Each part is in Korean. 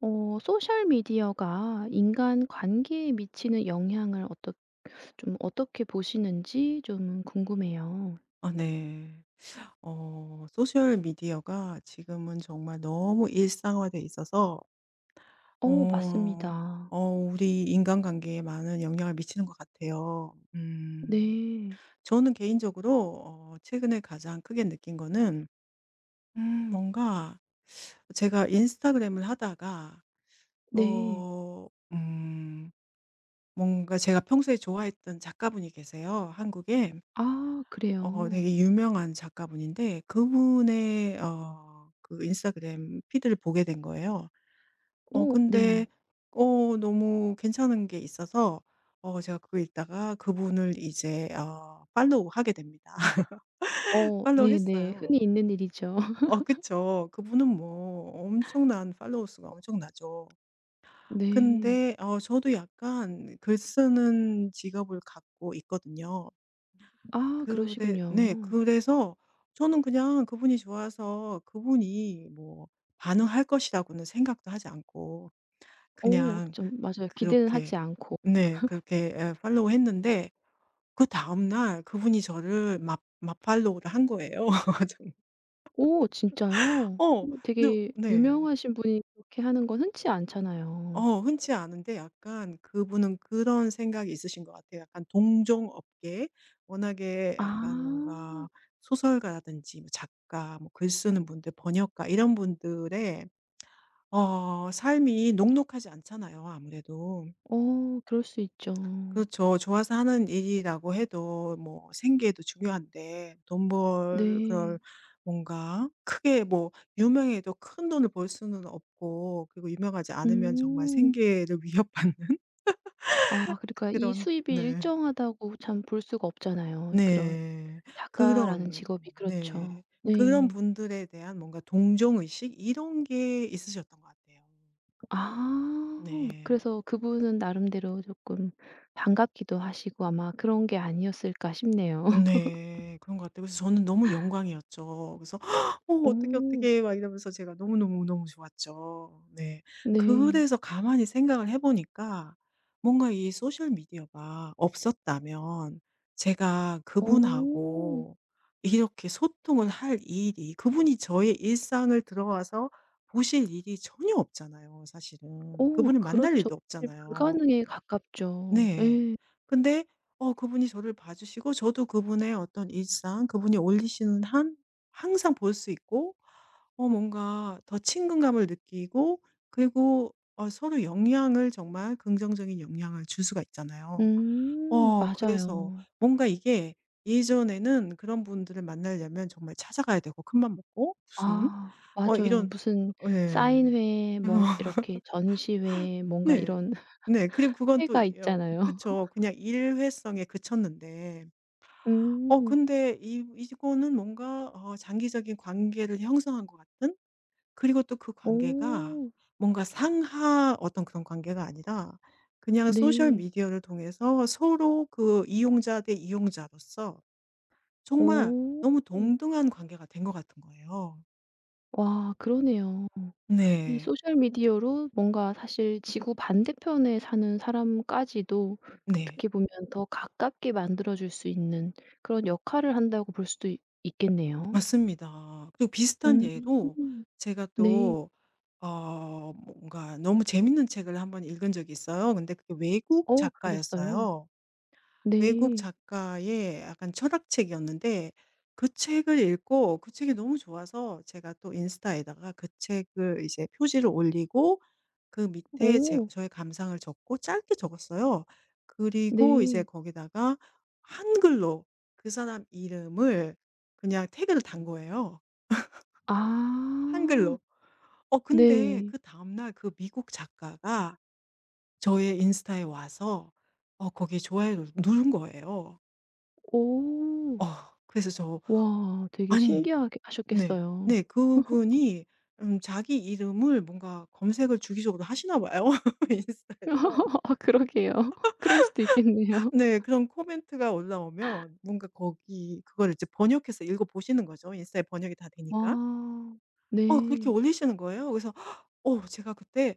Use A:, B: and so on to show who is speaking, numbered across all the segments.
A: 소셜 미디어가 인간 관계에 미치는 영향을 어떻게 보시는지 좀 궁금해요.
B: 아 네. 소셜 미디어가 지금은 정말 너무 일상화돼 있어서
A: 어
B: 어
A: 맞습니다.
B: 우리 인간관계에 많은 영향을 미치는 것 같아요.
A: 네.
B: 저는 개인적으로 최근에 가장 크게 느낀 거는 음 뭔가 제가 인스타그램을 하다가
A: 네.
B: 어 음 뭔가 제가 평소에 좋아했던 작가분이 계세요, 한국에.
A: 아 그래요.
B: 되게 유명한 작가분인데 그분의 그 인스타그램 피드를 보게 된 거예요.
A: 오
B: 근데
A: 네.
B: 너무 괜찮은 게 있어서 제가 그거 읽다가 그분을 이제 팔로우하게 됩니다.
A: 어 네네.
B: 팔로우했어요.
A: 흔히 있는 일이죠.
B: 그쵸. 그분은 뭐 엄청난 팔로워 수가 엄청나죠.
A: 네.
B: 근데 저도 약간 글 쓰는 직업을 갖고 있거든요.
A: 아
B: 그래 네.
A: 그러시군요.
B: 그래서 저는 그냥 그분이 좋아서 그분이 뭐 반응할 것이라고는 생각도 하지 않고
A: 오
B: 그냥
A: 좀 맞아요. 기대는 하지
B: 그렇게
A: 않고.
B: 네 그렇게 예 팔로우했는데 그다음 날 그분이 저를 맞 맞팔로우를 한 거예요. 정
A: 오 진짜요?
B: 어.
A: 오,
B: 네.
A: 되게
B: 네.
A: 유명하신 분이 그렇게 하는 건 흔치 않잖아요.
B: 흔치 않은데 약간 그분은 그런 생각이 있으신 것 같아요. 약간 동종 업계 워낙에 약간
A: 아.
B: 뭔가 소설가라든지 뭐 작가 뭐 글 쓰는 분들 번역가 이런 분들의 삶이 녹록하지 않잖아요 아무래도.
A: 어 그럴 수 있죠.
B: 그렇죠. 좋아서 하는 일이라고 해도 뭐 생계도 중요한데 돈 벌 그럴
A: 네.
B: 뭔가 크게 뭐 유명해도 큰 돈을 벌 수는 없고 그리고 유명하지 않으면 정말
A: 음.
B: 생계를 위협받는
A: 아 그러니까 이
B: 그런
A: 수입이
B: 네.
A: 일정하다고 참 볼 수가 없잖아요. 그런
B: 네.
A: 작가라는
B: 그런
A: 직업이
B: 네.
A: 그렇죠.
B: 그런
A: 네.
B: 분들에 대한 뭔가 동정의식 이런 게 있으셨던 것 같아요.
A: 아.
B: 네.
A: 그래서 그분은 나름대로 조금 반갑기도 하시고 아마 그런 게 아니었을까 싶네요.
B: 네. 그런 것 같아요. 그래서 저는 너무 영광이었죠. 그래서 "어 어떡해,
A: 오.
B: 어떡해." 막 이러면서 제가 너무너무너무 좋았죠. 네.
A: 네.
B: 그래서 가만히 생각을 해 보니까 뭔가 이 소셜 미디어가 없었다면 제가
A: 오.
B: 그분하고 이렇게 소통을 할 일이 그분이 저의 일상을 들어와서 보실 일이 전혀 없잖아요, 사실은.
A: 오,
B: 그분을 만날
A: 그렇죠.
B: 일도
A: 사실
B: 없잖아요.
A: 불가능에 가깝죠.
B: 네.
A: 예.
B: 근데 그분이 저를 봐 주시고 저도 그분의 어떤 일상 그분이 올리시는 한 항상 볼 수 있고 뭔가 더 친근감을 느끼고 그리고 서로 영향을 정말 긍정적인 영향을 줄 수가 있잖아요. 그래서
A: 맞아요.
B: 뭔가 이게 예전에는 그런 분들을 만나려면 정말 찾아가야 되고 큰 맘 먹고 무슨
A: 아 맞아요.
B: 이런
A: 무슨
B: 예.
A: 사인회 뭐 이렇게 전시회 뭔가
B: 네.
A: 이런
B: 네. 그리고 그건 또
A: 회가
B: 이
A: 있잖아요.
B: 그쵸. 그냥 일회성에 그쳤는데
A: 음.
B: 근데 이 이거는 뭔가 장기적인 관계를 형성한 것 같은 그리고 또 그 관계가
A: 오,
B: 뭔가 상하 어떤 그런 관계가 아니라 그냥 소셜
A: 네.
B: 미디어를 통해서 서로 그 이용자 대 이용자로서 정말
A: 오,
B: 너무 동등한 관계가 된 것 같은 거예요.
A: 와 그러네요. 이
B: 네.
A: 소셜 미디어로 뭔가 사실 지구 반대편에 사는 사람까지도
B: 네.
A: 어떻게 보면 더 가깝게 만들어 줄 수 있는 그런 역할을 한다고 볼 수도 있 있겠네요.
B: 맞습니다. 그리고 비슷한
A: 음.
B: 예로 제가
A: 네.
B: 또 뭔가 너무 재밌는 책을 한번 읽은 적이 있어요. 근데 그게 외국
A: 어 그러셨어요?
B: 작가였어요. 외국
A: 네.
B: 작가의 약간 철학책이었는데 그 책을 읽고 그 책이 너무 좋아서 제가 또 인스타에다가 그 책을 이제 표지를 올리고 그 밑에 제
A: 오,
B: 저의 감상을 적고 짧게 적었어요. 그리고 이제
A: 네.
B: 거기다가 한글로 그 사람 이름을 그냥 태그를 단 거예요,
A: 아
B: 한글로. 근데
A: 네.
B: 그다음 날 그 미국 작가가 저의 인스타에 와서 거기에 좋아요를 누른 거예요.
A: 오.
B: 어 그래서
A: 와 되게
B: 아니
A: 신기하게
B: 네.
A: 하셨겠어요.
B: 네 그분이 자기 이름을 뭔가 검색을 주기적으로 하시나 봐요, 인스타에서.
A: 아 그러게요. 그럴 수도 있겠네요.
B: 네 그런 코멘트가 올라오면 뭔가 거기 그거를 이제 번역해서 읽어 보시는 거죠. 인스타에 번역이 다 되니까.
A: 와.
B: 그렇게
A: 네.
B: 올리시는 거예요. 그래서 제가 그때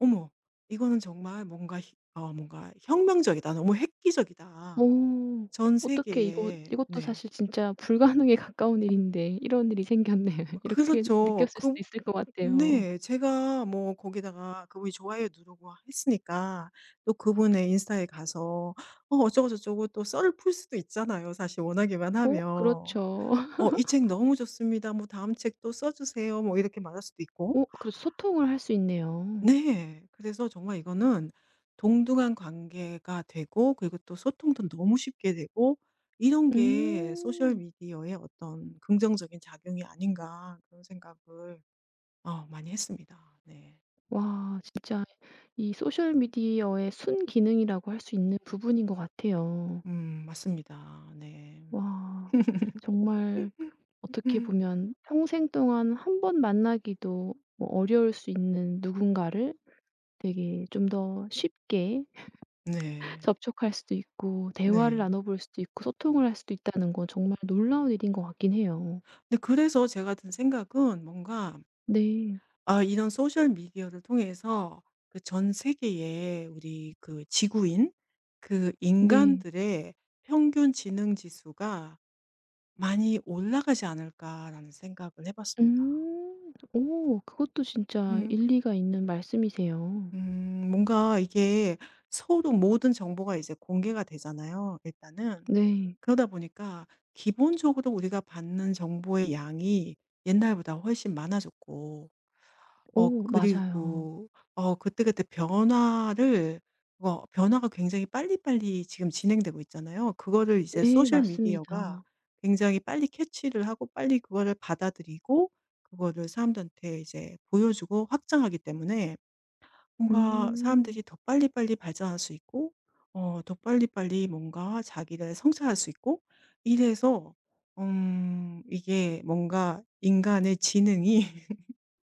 B: '어머 이거는 정말 뭔가 희 어 뭔가 혁명적이다. 너무 획기적이다.'
A: 오
B: 전
A: 어떡해 이거
B: 세계에
A: 이것도
B: 네.
A: 사실 진짜 불가능에 가까운 일인데 이런 일이 생겼네.
B: 어,
A: 이렇게
B: 그렇죠.
A: 느꼈을 수도
B: 그
A: 있을 것 같아요.
B: 네. 제가 뭐 거기다가 그분이 좋아요 누르고 했으니까 또 그분의 인스타에 가서 어쩌고 저쩌고 또 썰을 풀 수도 있잖아요, 사실 원하기만
A: 오
B: 하면.
A: 그렇죠.
B: "어 이 책 너무 좋습니다. 뭐 다음 책 또 써 주세요." 뭐 이렇게 말할 수도 있고.
A: 오 그래서 소통을 할 수 있네요.
B: 네. 그래서 정말 이거는 동등한 관계가 되고 그리고 또 소통도 너무 쉽게 되고 이런 게 소셜
A: 음.
B: 미디어의 어떤 긍정적인 작용이 아닌가 그런 생각을 많이 했습니다. 네.
A: 와 진짜 이 소셜 미디어의 순기능이라고 할 수 있는 부분인 것 같아요.
B: 맞습니다. 네.
A: 와. 정말 어떻게 보면 평생 동안 한 번 만나기도 뭐 어려울 수 있는 누군가를 되게 좀 더 쉽게
B: 네.
A: 접촉할 수도 있고 대화를
B: 네.
A: 나눠 볼 수도 있고 소통을 할 수도 있다는 건 정말 놀라운 일인 것 같긴 해요.
B: 근데 그래서 제가 든 생각은 뭔가
A: 네.
B: 아 이런 소셜 미디어를 통해서 그 전 세계의 우리 그 지구인 그
A: 네.
B: 인간들의 평균 지능 지수가 많이 올라가지 않을까라는 생각을 해 봤습니다.
A: 음. 오 그것도 진짜
B: 음
A: 일리가 있는 말씀이세요.
B: 뭔가 이게 서로 모든 정보가 이제 공개가 되잖아요 일단은.
A: 네.
B: 그러다 보니까 기본적으로 우리가 받는 정보의 양이 옛날보다 훨씬 많아졌고
A: 오, 맞아요.
B: 그리고 그때그때 변화를 뭐 변화가 굉장히 빨리빨리 지금 진행되고 있잖아요. 그거를 이제
A: 네
B: 소셜 미디어가
A: 맞습니다.
B: 굉장히 빨리 캐치를 하고 빨리 그거를 받아들이고 그거를 사람들한테 이제 보여주고 확장하기 때문에 뭔가 사람들이
A: 음.
B: 더 빨리빨리 발전할 수 있고 더 빨리빨리 뭔가 자기를 성찰할 수 있고 이래서 이게 뭔가 인간의 지능이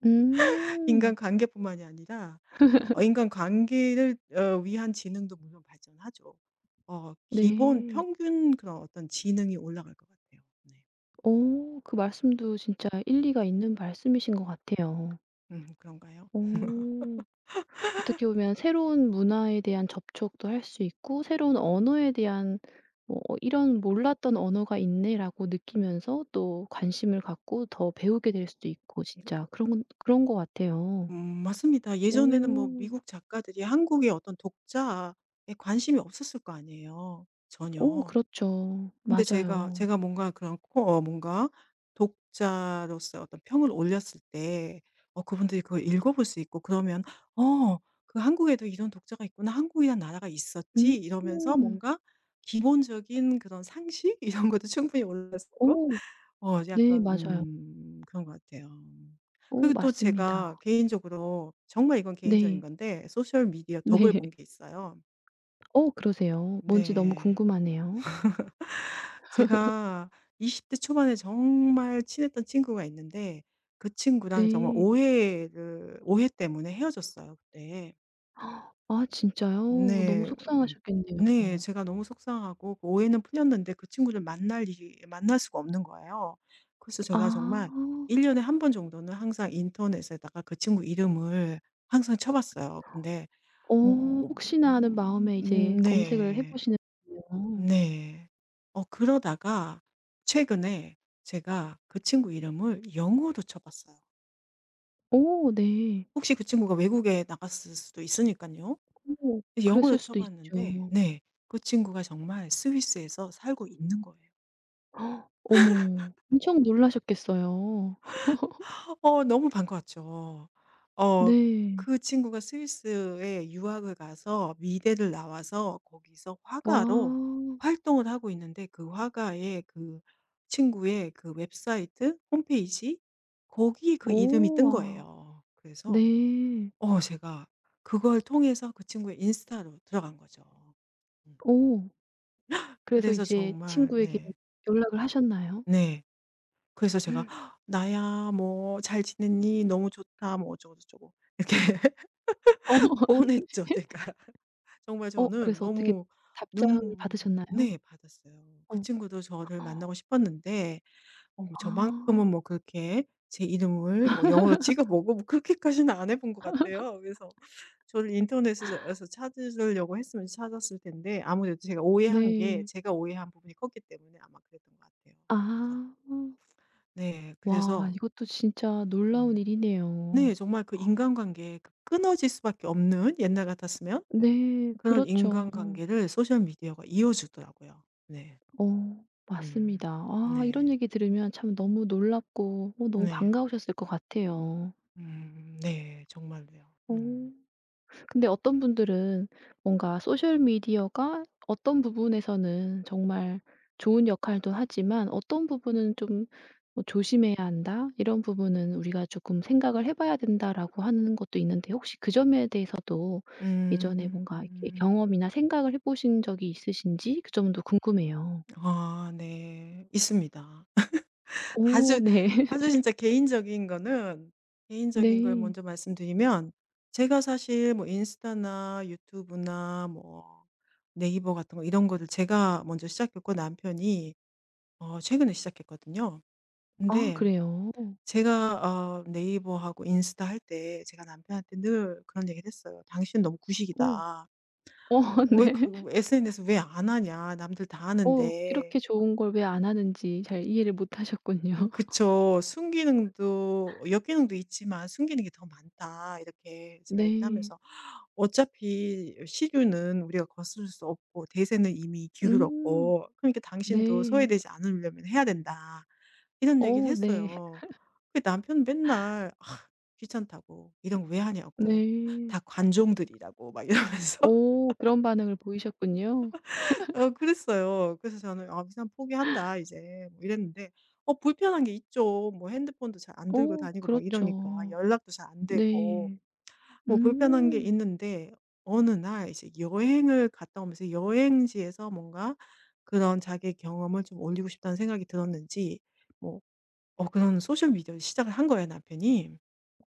A: 음.
B: 인간관계뿐만이 아니라 인간관계를 위한 지능도 물론 발전하죠. 기본
A: 네.
B: 평균 그런 어떤 지능이 올라갈 것 같아요. 네.
A: 오 그 말씀도 진짜 일리가 있는 말씀이신 것 같아요.
B: 그런가요?
A: 어. 어떻게 보면 새로운 문화에 대한 접촉도 할 수 있고 새로운 언어에 대한 뭐 '어 이런 몰랐던 언어가 있네.'라고 느끼면서 또 관심을 갖고 더 배우게 될 수도 있고 진짜 그런 건 그런 것 같아요.
B: 음 맞습니다. 예전에는 뭐
A: 오.
B: 미국 작가들이 한국의 어떤 독자에 관심이 없었을 거 아니에요
A: 오
B: 전혀.
A: 그렇죠.
B: 근데 제가
A: 맞아요.
B: 제가 뭔가 그런 코 어 뭔가 독자로서 어떤 평을 올렸을 때 그분들이 그걸 읽어볼 수 있고 그러면 '어 그 한국에도 이런 독자가 있구나. 한국이란 나라가 있었지.'
A: 음.
B: 이러면서 뭔가 기본적인 그런 상식 이런 것도 충분히 올랐었고
A: 오. 네
B: 약간
A: 맞아요.
B: 그런 것 같아요.
A: 어
B: 그리고 또 제가
A: 맞습니다.
B: 개인적으로 정말 이건 개인적인
A: 네.
B: 건데 소셜 미디어 덕을
A: 네.
B: 본 게 있어요.
A: 어 그러세요? 뭔지 너무
B: 네.
A: 궁금하네요.
B: 제가 20대 초반에 정말 친했던 친구가 있는데 그 친구랑 정말
A: 네.
B: 오해 때문에 헤어졌어요 그때.
A: 아 진짜요? 너무
B: 네. 음.
A: 속상하셨겠네요.
B: 네. 제가 너무 속상하고 그 오해는 풀렸는데 그 친구를 만날 일이 만날 수가 없는 거예요. 그래서 제가 정말
A: 아.
B: 1년 년에 한 번 정도는 항상 인터넷에다가 그 친구 이름을 항상 쳐 봤어요. 근데
A: 어
B: 음
A: 혹시나 하는 마음에 이제 검색을 해
B: 네.
A: 보시는군요.
B: 네. 그러다가 최근에 제가 그 친구 이름을 영어로 쳐 봤어요.
A: 어 네.
B: 혹시 그 친구가 외국에 나갔을 수도 있으니까요
A: 어
B: 영어로
A: 그랬을
B: 쳐
A: 수도
B: 봤는데
A: 있죠.
B: 네. 그 친구가 정말 스위스에서 살고 있는 거예요.
A: 어머. 엄청 놀라셨겠어요.
B: 너무 반가웠죠. 어
A: 네.
B: 그 친구가 스위스에 유학을 가서 미대를 나와서 거기서
A: 와.
B: 화가로 활동을 하고 있는데 그 화가의 그 친구의 그 웹사이트 홈페이지 거기 그 이름이
A: 오
B: 뜬
A: 와.
B: 거예요. 그래서
A: 네.
B: 제가 그걸 통해서 그 친구의 인스타로 들어간 거죠. 음.
A: 어. 그래서
B: 그래서
A: 이제
B: 정말
A: 친구에게
B: 네.
A: 연락을 하셨나요?
B: 네. 그래서 제가 "헉, "나야 뭐 잘 지냈니? 너무 좋다." 뭐 어쩌고저쩌고 이렇게
A: 어.
B: 뻔했죠 제가. 정말
A: 어
B: 저는
A: 그래서 어떻게
B: 너무 눈
A: 답장을 받으셨나요?
B: 네 받았어요. 그
A: 어.
B: 친구도 저를 만나고 싶었는데 뭐 저만큼은
A: 아
B: 뭐 그렇게 제 이름을 뭐 영어로 찍어보고 뭐 그렇게까지는 안 해본 것 같아요. 그래서 저를 인터넷에서 찾으려고 했으면 찾았을 텐데 아무래도 제가 오해한 게
A: 네.
B: 제가 오해한 부분이 컸기 때문에 아마 그랬던 것 같아요. 그래서
A: 아.
B: 네
A: 와
B: 그래서
A: 이것도 진짜 놀라운
B: 음
A: 일이네요.
B: 네 정말 그 인간관계 그 끊어질 수밖에 없는 옛날 같았으면
A: 네.
B: 그런
A: 그렇죠.
B: 인간관계를 소셜 미디어가 이어주더라고요. 네.
A: 어
B: 음.
A: 맞습니다. 아 이런
B: 네.
A: 얘기 들으면 참 너무 놀랍고 어 너무
B: 네.
A: 반가우셨을 것 같아요.
B: 음. 네. 정말로요.
A: 어.
B: 음.
A: 근데 어떤 분들은 뭔가 소셜 미디어가 어떤 부분에서는 정말 좋은 역할도 하지만 어떤 부분은 좀뭐 '조심해야 한다.' 이런 부분은 '우리가 조금 생각을 해 봐야 된다.'라고 하는 것도 있는데 혹시 그 점에 대해서도 예전에 뭔가 이렇게
B: 음.
A: 경험이나 생각을 해 보신 적이 있으신지 그 점도 궁금해요.
B: 아 네. 있습니다.
A: 오
B: 아주
A: 네.
B: 아주 진짜 개인적인 거는 개인적인 걸
A: 네.
B: 먼저 말씀드리면 제가 사실 뭐 인스타나 유튜브나 뭐 네이버 같은 거 이런 거를 제가 먼저 시작했고 남편이 최근에 시작했거든요.
A: 아
B: 근데
A: 그래요?
B: 제가 네이버하고 인스타 할 때 제가 남편한테 늘 그런 얘기를 했어요. "당신 너무
A: 오.
B: 구식이다.
A: 어
B: 왜
A: 네.
B: 그 SNS 왜 안 하냐. 남들 다
A: 어
B: 하는데."
A: 이렇게 좋은 걸 왜 안 하는지 잘 이해를 못
B: 음.
A: 하셨군요.
B: 그쵸. 순기능도 역기능도 있지만 "순기능이 더 많다." 이렇게 제가 얘기를
A: 네.
B: 하면서 "어차피 시류는 우리가 거스를 수 없고 대세는 이미
A: 음.
B: 기울었고 그러니까 당신도
A: 네.
B: 소외되지 않으려면 해야 된다." 이런 얘기를
A: 어 네.
B: 했어요. 그 남편은 맨날 아 귀찮다고 "이런 거 왜 하냐고.
A: 네.
B: 다 관종들이라고." 막 이러면서
A: 어 그런 반응을 보이셨군요.
B: 그랬어요. 그래서 저는 '아 그냥 포기한다 이제.' 뭐 이랬는데 불편한 게 있죠. 뭐 핸드폰도 잘 안 들고
A: 어
B: 다니고 막 이러니까
A: 그렇죠.
B: 연락도 잘 안 되고
A: 네.
B: 뭐 불편한 게
A: 음.
B: 있는데 어느 날 이제 여행을 갔다 오면서 여행지에서 뭔가 그런 자기의 경험을 좀 올리고 싶다는 생각이 들었는지 뭐 그런 소셜 미디어를 시작을 한 거예요 남편이.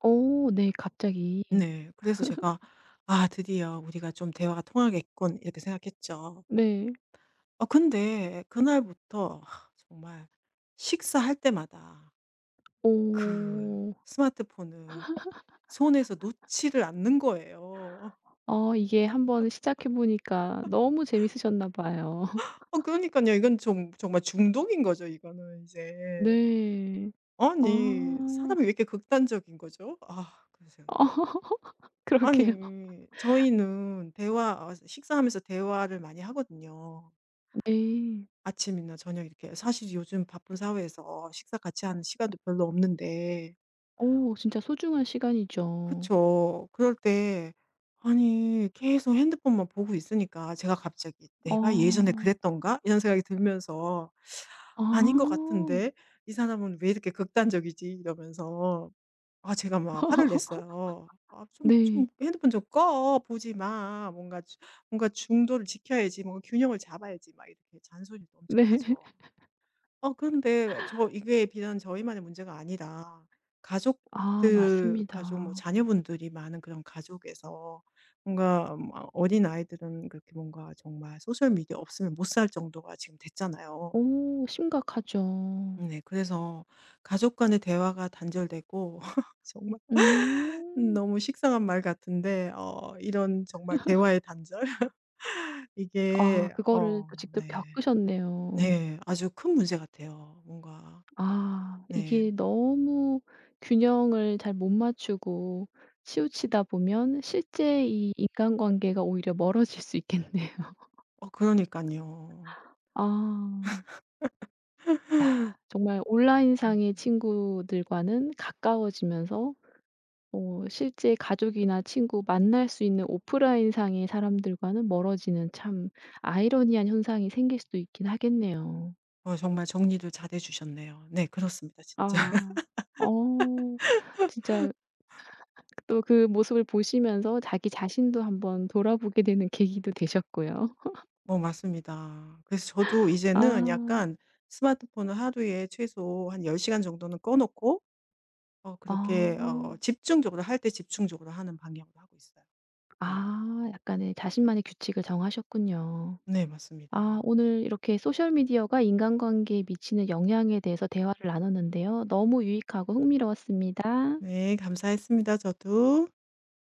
A: 어 네 갑자기.
B: 네. 그래서 제가 '아 드디어 우리가 좀 대화가 통하겠군.' 이렇게 생각했죠.
A: 네.
B: 근데 그날부터 하, 정말 식사할 때마다 그
A: 어.
B: 스마트폰을 손에서 놓지를 않는 거예요.
A: 아 이게 한번 시작해 보니까 너무 재밌으셨나 봐요.
B: 그러니까요 이건 정 정말 중독인 거죠 이거는 이제.
A: 네.
B: 아니
A: 아.
B: 사람이 왜 이렇게 극단적인 거죠? 아 그래서
A: 어 그러게요.
B: 아니 저희는 대화 식사하면서 대화를 많이 하거든요.
A: 네.
B: 아침이나 저녁 이렇게 사실 요즘 바쁜 사회에서 식사 같이 하는 시간도 별로 없는데
A: 어 진짜 소중한 시간이죠.
B: 그쵸. 그럴 때 아니 계속 핸드폰만 보고 있으니까 제가 갑자기
A: 어.
B: '내가 예전에 그랬던가?' 이런 생각이 들면서
A: 아.
B: '아닌 것 같은데 이 사람은 왜 이렇게 극단적이지?' 이러면서 아 제가 막 화를 냈어요. "아 좀 좀
A: 네.
B: 핸드폰 좀 꺼. 보지 마. 뭔가 주 뭔가 중도를 지켜야지. 뭔가 균형을 잡아야지." 막 이렇게 잔소리도 엄청
A: 네.
B: 하죠. 어런데 이게 비단 저희만의 문제가 아니라
A: 아
B: 가족들 가족 뭐
A: 맞습니다.
B: 자녀분들이 많은 그런 가족에서 뭔가 막 어린아이들은 그렇게 뭔가 정말 소셜 미디어 없으면 못 살 정도가 지금 됐잖아요.
A: 오 심각하죠.
B: 네. 그래서 가족 간의 대화가 단절되고 정말
A: 음.
B: 너무 식상한 말 같은데 이런 정말 대화의 단절
A: 아
B: 이게
A: 그거를 또 직접
B: 네.
A: 겪으셨네요.
B: 네. 아주 큰 문제 같아요. 뭔가.
A: 아 이게
B: 네.
A: 너무 균형을 잘 못 맞추고 치우치다 보면 실제 이 인간관계가 오히려 멀어질 수 있겠네요.
B: 어그러니까요
A: 아. 야 정말 온라인상의
B: 음.
A: 친구들과는 가까워지면서 어 실제 가족이나 친구 만날 수 있는 오프라인상의 사람들과는 멀어지는 참 아이러니한 현상이 생길 수도 있긴 하겠네요.
B: 정말 정리를 잘해 주셨네요. 네 그렇습니다 진짜.
A: 아. 어 진짜 또 그 모습을 보시면서 자기 자신도 한번 돌아보게 되는 계기도 되셨고요.
B: 맞습니다. 그래서 저도
A: 아.
B: 이제는 약간 스마트폰을 하루에 최소 한 10시간 시간 정도는 꺼 놓고
A: 아.
B: 그렇게 집중적으로 할 때 집중적으로 하는 방향으로 하고 있어요. 네.
A: 아 약간의 자신만의 규칙을 정하셨군요.
B: 네 맞습니다.
A: 아 오늘 이렇게 소셜 미디어가 인간관계에 미치는 영향에 대해서 대화를 나눴는데요. 너무 유익하고 흥미로웠습니다.
B: 네 감사했습니다 저도.